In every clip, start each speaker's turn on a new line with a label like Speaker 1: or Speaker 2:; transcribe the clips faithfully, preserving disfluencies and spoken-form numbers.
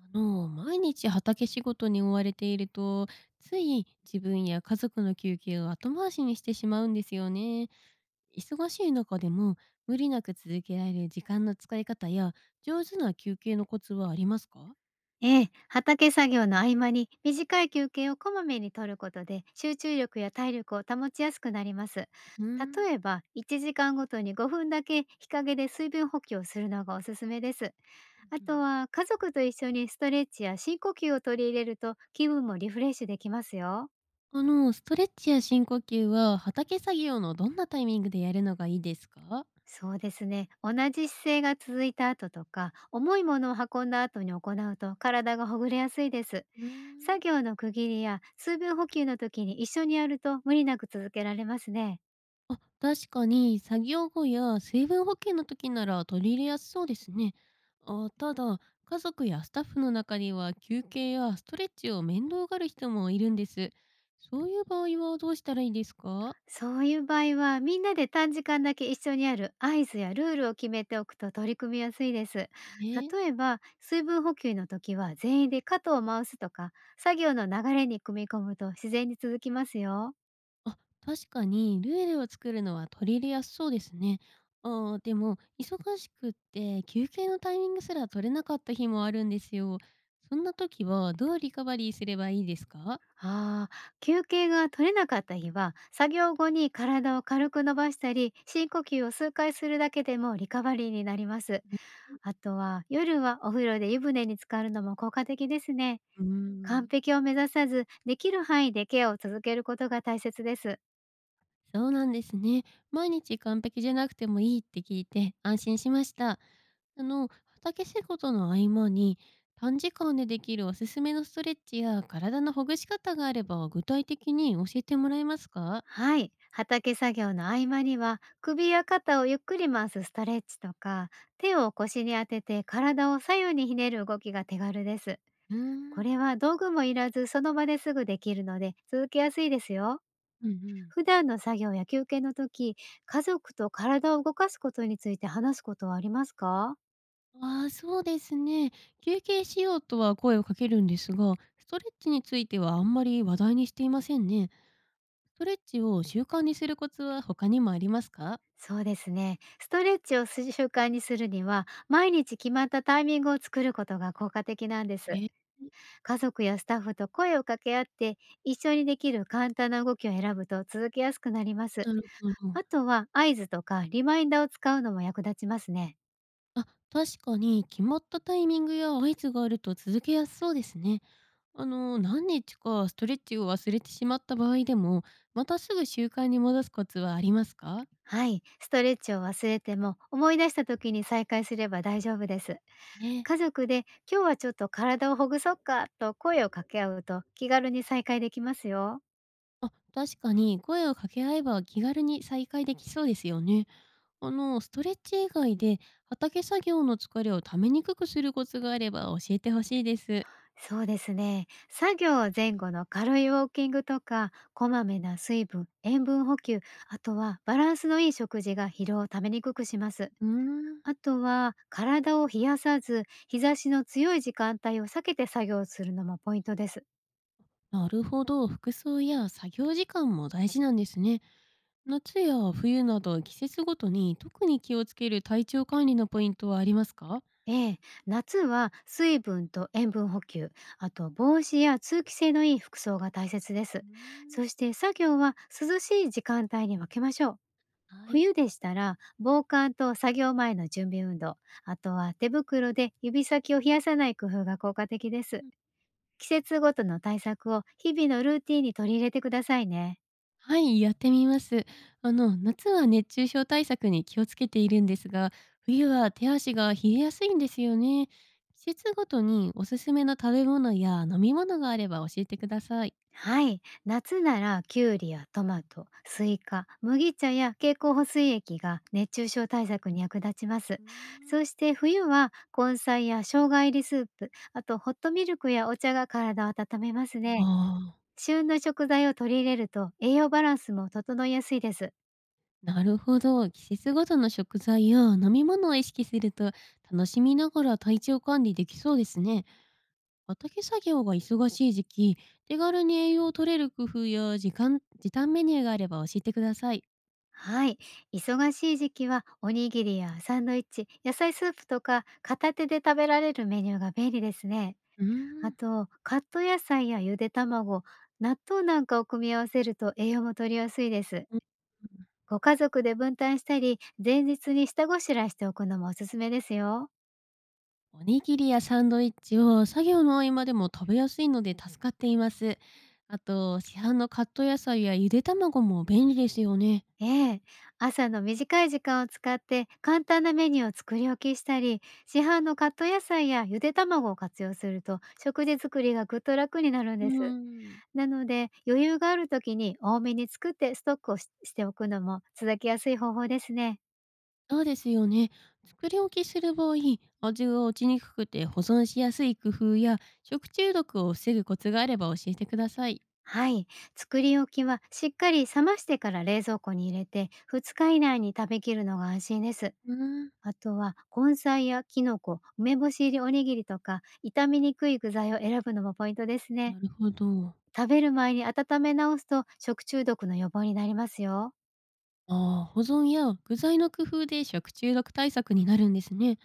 Speaker 1: あの、毎日畑仕事に追われていると、つい自分や家族の休憩を後回しにしてしまうんですよね。忙しい中でも無理なく続けられる時間の使い方や上手な休憩のコツはありますか？
Speaker 2: ええ、畑作業の合間に短い休憩をこまめに取ることで集中力や体力を保ちやすくなります。
Speaker 1: うーん、
Speaker 2: 例えばいちじかんごとにごふんだけ日陰で水分補給をするのがおすすめです。あとは家族と一緒にストレッチや深呼吸を取り入れると気分もリフレッシュできますよ。
Speaker 1: あの、ストレッチや深呼吸は畑作業のどんなタイミングでやるのがいいですか？
Speaker 2: そうですね。同じ姿勢が続いた後とか、重いものを運んだ後に行うと体がほぐれやすいです。
Speaker 1: うーん
Speaker 2: 作業の区切りや水分補給の時に一緒にやると無理なく続けられますね。
Speaker 1: あ、確かに作業後や水分補給の時なら取り入れやすそうですね。あ、ただ、家族やスタッフの中には休憩やストレッチを面倒がる人もいるんです。そういう場合はどうしたらいいですか？
Speaker 2: そういう場合はみんなで短時間だけ一緒にやる合図やルールを決めておくと取り組みやすいです。
Speaker 1: えー
Speaker 2: 例えば水分補給の時は全員で肩を回すとか、作業の流れに組み込むと自然に続きますよ。
Speaker 1: あ、確かにルールを作るのは取り入れやすそうですね。あーでも忙しくって休憩のタイミングすら取れなかった日もあるんですよ。そんな時はどうリカバリーすればいいですか？
Speaker 2: ああ、休憩が取れなかった日は、作業後に体を軽く伸ばしたり、深呼吸を数回するだけでもリカバリーになります。あとは、夜はお風呂で湯船に浸かるのも効果的ですね。
Speaker 1: うー
Speaker 2: 完
Speaker 1: ん
Speaker 2: 璧を目指さず、できる範囲でケアを続けることが大切です。
Speaker 1: そうなんですね。毎日完璧じゃなくてもいいって聞いて安心しました。あの、畑仕事の合間に短時間でできるおすすめのストレッチや体のほぐし方があれば具体的に教えてもらえますか？
Speaker 2: はい。畑作業の合間には、首や肩をゆっくり回すストレッチとか、手を腰に当てて体を左右にひねる動きが手軽です。
Speaker 1: うー
Speaker 2: こ
Speaker 1: ん、
Speaker 2: れは道具もいらず、その場ですぐできるので続けやすいですよ。
Speaker 1: うんうん。
Speaker 2: 普段の作業や休憩の時、家族と体を動かすことについて話すことはありますか？
Speaker 1: ああ、そうですね。休憩しようとは声をかけるんですが、ストレッチについてはあんまり話題にしていませんね。ストレッチを習慣にするコツは他にもありますか？
Speaker 2: そうですね。ストレッチをす習慣にするには、毎日決まったタイミングを作ることが効果的なんです。
Speaker 1: えー
Speaker 2: 家族やスタッフと声を掛け合って、一緒にできる簡単な動きを選ぶと続けやすくなります。
Speaker 1: なるほど。
Speaker 2: あとは合図とかリマインダーを使うのも役立ちますね。
Speaker 1: あ、確かに決まったタイミングや合図があると続けやすそうですね。あの、何日かストレッチを忘れてしまった場合でも、またすぐ習慣に戻すコツはありますか？
Speaker 2: はい、ストレッチを忘れても思い出した時に再開すれば大丈夫です。
Speaker 1: ええ、
Speaker 2: 家族で、今日はちょっと体をほぐそっかと声を掛け合うと気軽に再開できますよ。
Speaker 1: あ、確かに声を掛け合えば気軽に再開できそうですよね。あの、ストレッチ以外で畑作業の疲れをためにくくするコツがあれば教えてほしいです。
Speaker 2: そうですね。作業前後の軽いウォーキングとか、こまめな水分、塩分補給、あとはバランスのいい食事が疲労をためにくくします。
Speaker 1: うーん、
Speaker 2: あとは体を冷やさず、日差しの強い時間帯を避けて作業するのもポイントです。
Speaker 1: なるほど。服装や作業時間も大事なんですね。夏や冬など季節ごとに特に気をつける体調管理のポイントはありますか？
Speaker 2: ええ、夏は水分と塩分補給、あと帽子や通気性のいい服装が大切で
Speaker 1: う
Speaker 2: す。
Speaker 1: ーん、
Speaker 2: そして作業は涼しい時間帯に分けましょう。
Speaker 1: はい。
Speaker 2: 冬でしたら防寒と作業前の準備運動、あとは手袋で指先を冷やさない工夫が効果的です。
Speaker 1: うん、
Speaker 2: 季節ごとの対策を日々のルーティンに取り入れてくださいね。
Speaker 1: はい、やってみます。あの、夏は熱中症対策に気をつけているんですが、冬は手足が冷えやすいんですよね。季節ごとにおすすめの食べ物や飲み物があれば教えてください。
Speaker 2: はい。夏ならキュウリやトマト、スイカ、麦茶や経口補水液が熱中症対策に役立ちます。
Speaker 1: うーん、
Speaker 2: そして冬は根菜や生姜入りスープ、あとホットミルクやお茶が体を温めますね。
Speaker 1: ああ、
Speaker 2: 旬の食材を取り入れると栄養バランスも整いやすいです。
Speaker 1: なるほど。季節ごとの食材や飲み物を意識すると楽しみながら体調管理できそうですね。畑作業が忙しい時期、手軽に栄養を取れる工夫や時間、時短メニューがあれば教えてください。
Speaker 2: はい。忙しい時期はおにぎりやサンドイッチ、野菜スープとか片手で食べられるメニューが便利ですね。
Speaker 1: うー
Speaker 2: あ
Speaker 1: ん。
Speaker 2: と、カット野菜やゆで卵、納豆なんかを組み合わせると栄養も取りやすいです。ご家族で分担したり、前日に下ごしらえしておくのもおすすめですよ。
Speaker 1: おにぎりやサンドイッチを作業の合間でも食べやすいので助かっています。あと、市販のカット野菜やゆで卵も便利ですよね。
Speaker 2: ええ、朝の短い時間を使って簡単なメニューを作り置きしたり、市販のカット野菜やゆで卵を活用すると食事作りがぐっと楽になるん
Speaker 1: う
Speaker 2: です。
Speaker 1: ーん。
Speaker 2: なので、余裕がある時に多めに作ってストックをししておくのも続きやすい方法ですね。
Speaker 1: そうですよね。作り置きする場合、味が落ちにくくて保存しやすい工夫や食中毒を防ぐコツがあれば教えてください。
Speaker 2: はい。作り置きはしっかり冷ましてから冷蔵庫に入れてふつか以内に食べきるのが安心です。
Speaker 1: うーん。
Speaker 2: あとは根菜やきのこ、梅干し入りおにぎりとか、傷みにくい具材を選ぶのもポイントです
Speaker 1: な
Speaker 2: ね。
Speaker 1: るほど。
Speaker 2: 食べる前に温め直すと食中毒の予防になりますよ。
Speaker 1: ああ、保存や具材の工夫で食中毒対策になるんですね。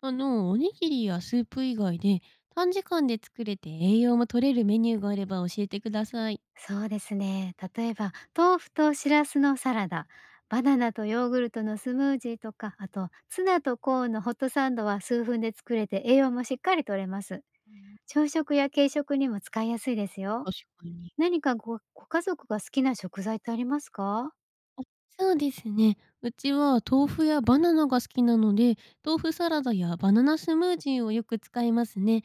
Speaker 1: あの、おにぎりやスープ以外で短時間で作れて栄養も取れるメニューがあれば教えてください。
Speaker 2: そうですね。例えば豆腐としらすのサラダ、バナナとヨーグルトのスムージーとか、あとツナとコーンのホットサンドは数分で作れて栄養もしっかりとれます。
Speaker 1: あー
Speaker 2: 朝食や軽食にも使いやすいですよ。
Speaker 1: 確かに。
Speaker 2: 何かごご家族が好きな食材ってありますか？
Speaker 1: あ、そうですね。うちは豆腐やバナナが好きなので、豆腐サラダやバナナスムージーをよく使いますね。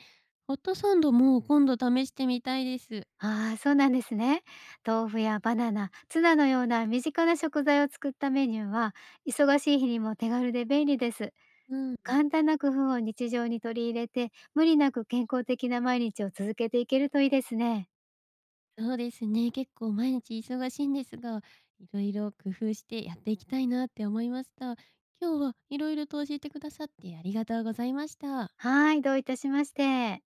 Speaker 1: ホットサンドも今度試してみたいです。
Speaker 2: ああー、そうなんですね。豆腐やバナナ、ツナのような身近な食材を使ったメニューは、忙しい日にも手軽で便利です。
Speaker 1: うん。
Speaker 2: 簡単な工夫を日常に取り入れて、無理なく健康的な毎日を続けていけるといいですね。
Speaker 1: そうですね。結構毎日忙しいんですが、いろいろ工夫してやっていきたいなって思いました。今日はいろいろと教えてくださってありがとうございました。
Speaker 2: はい、どういたしまして。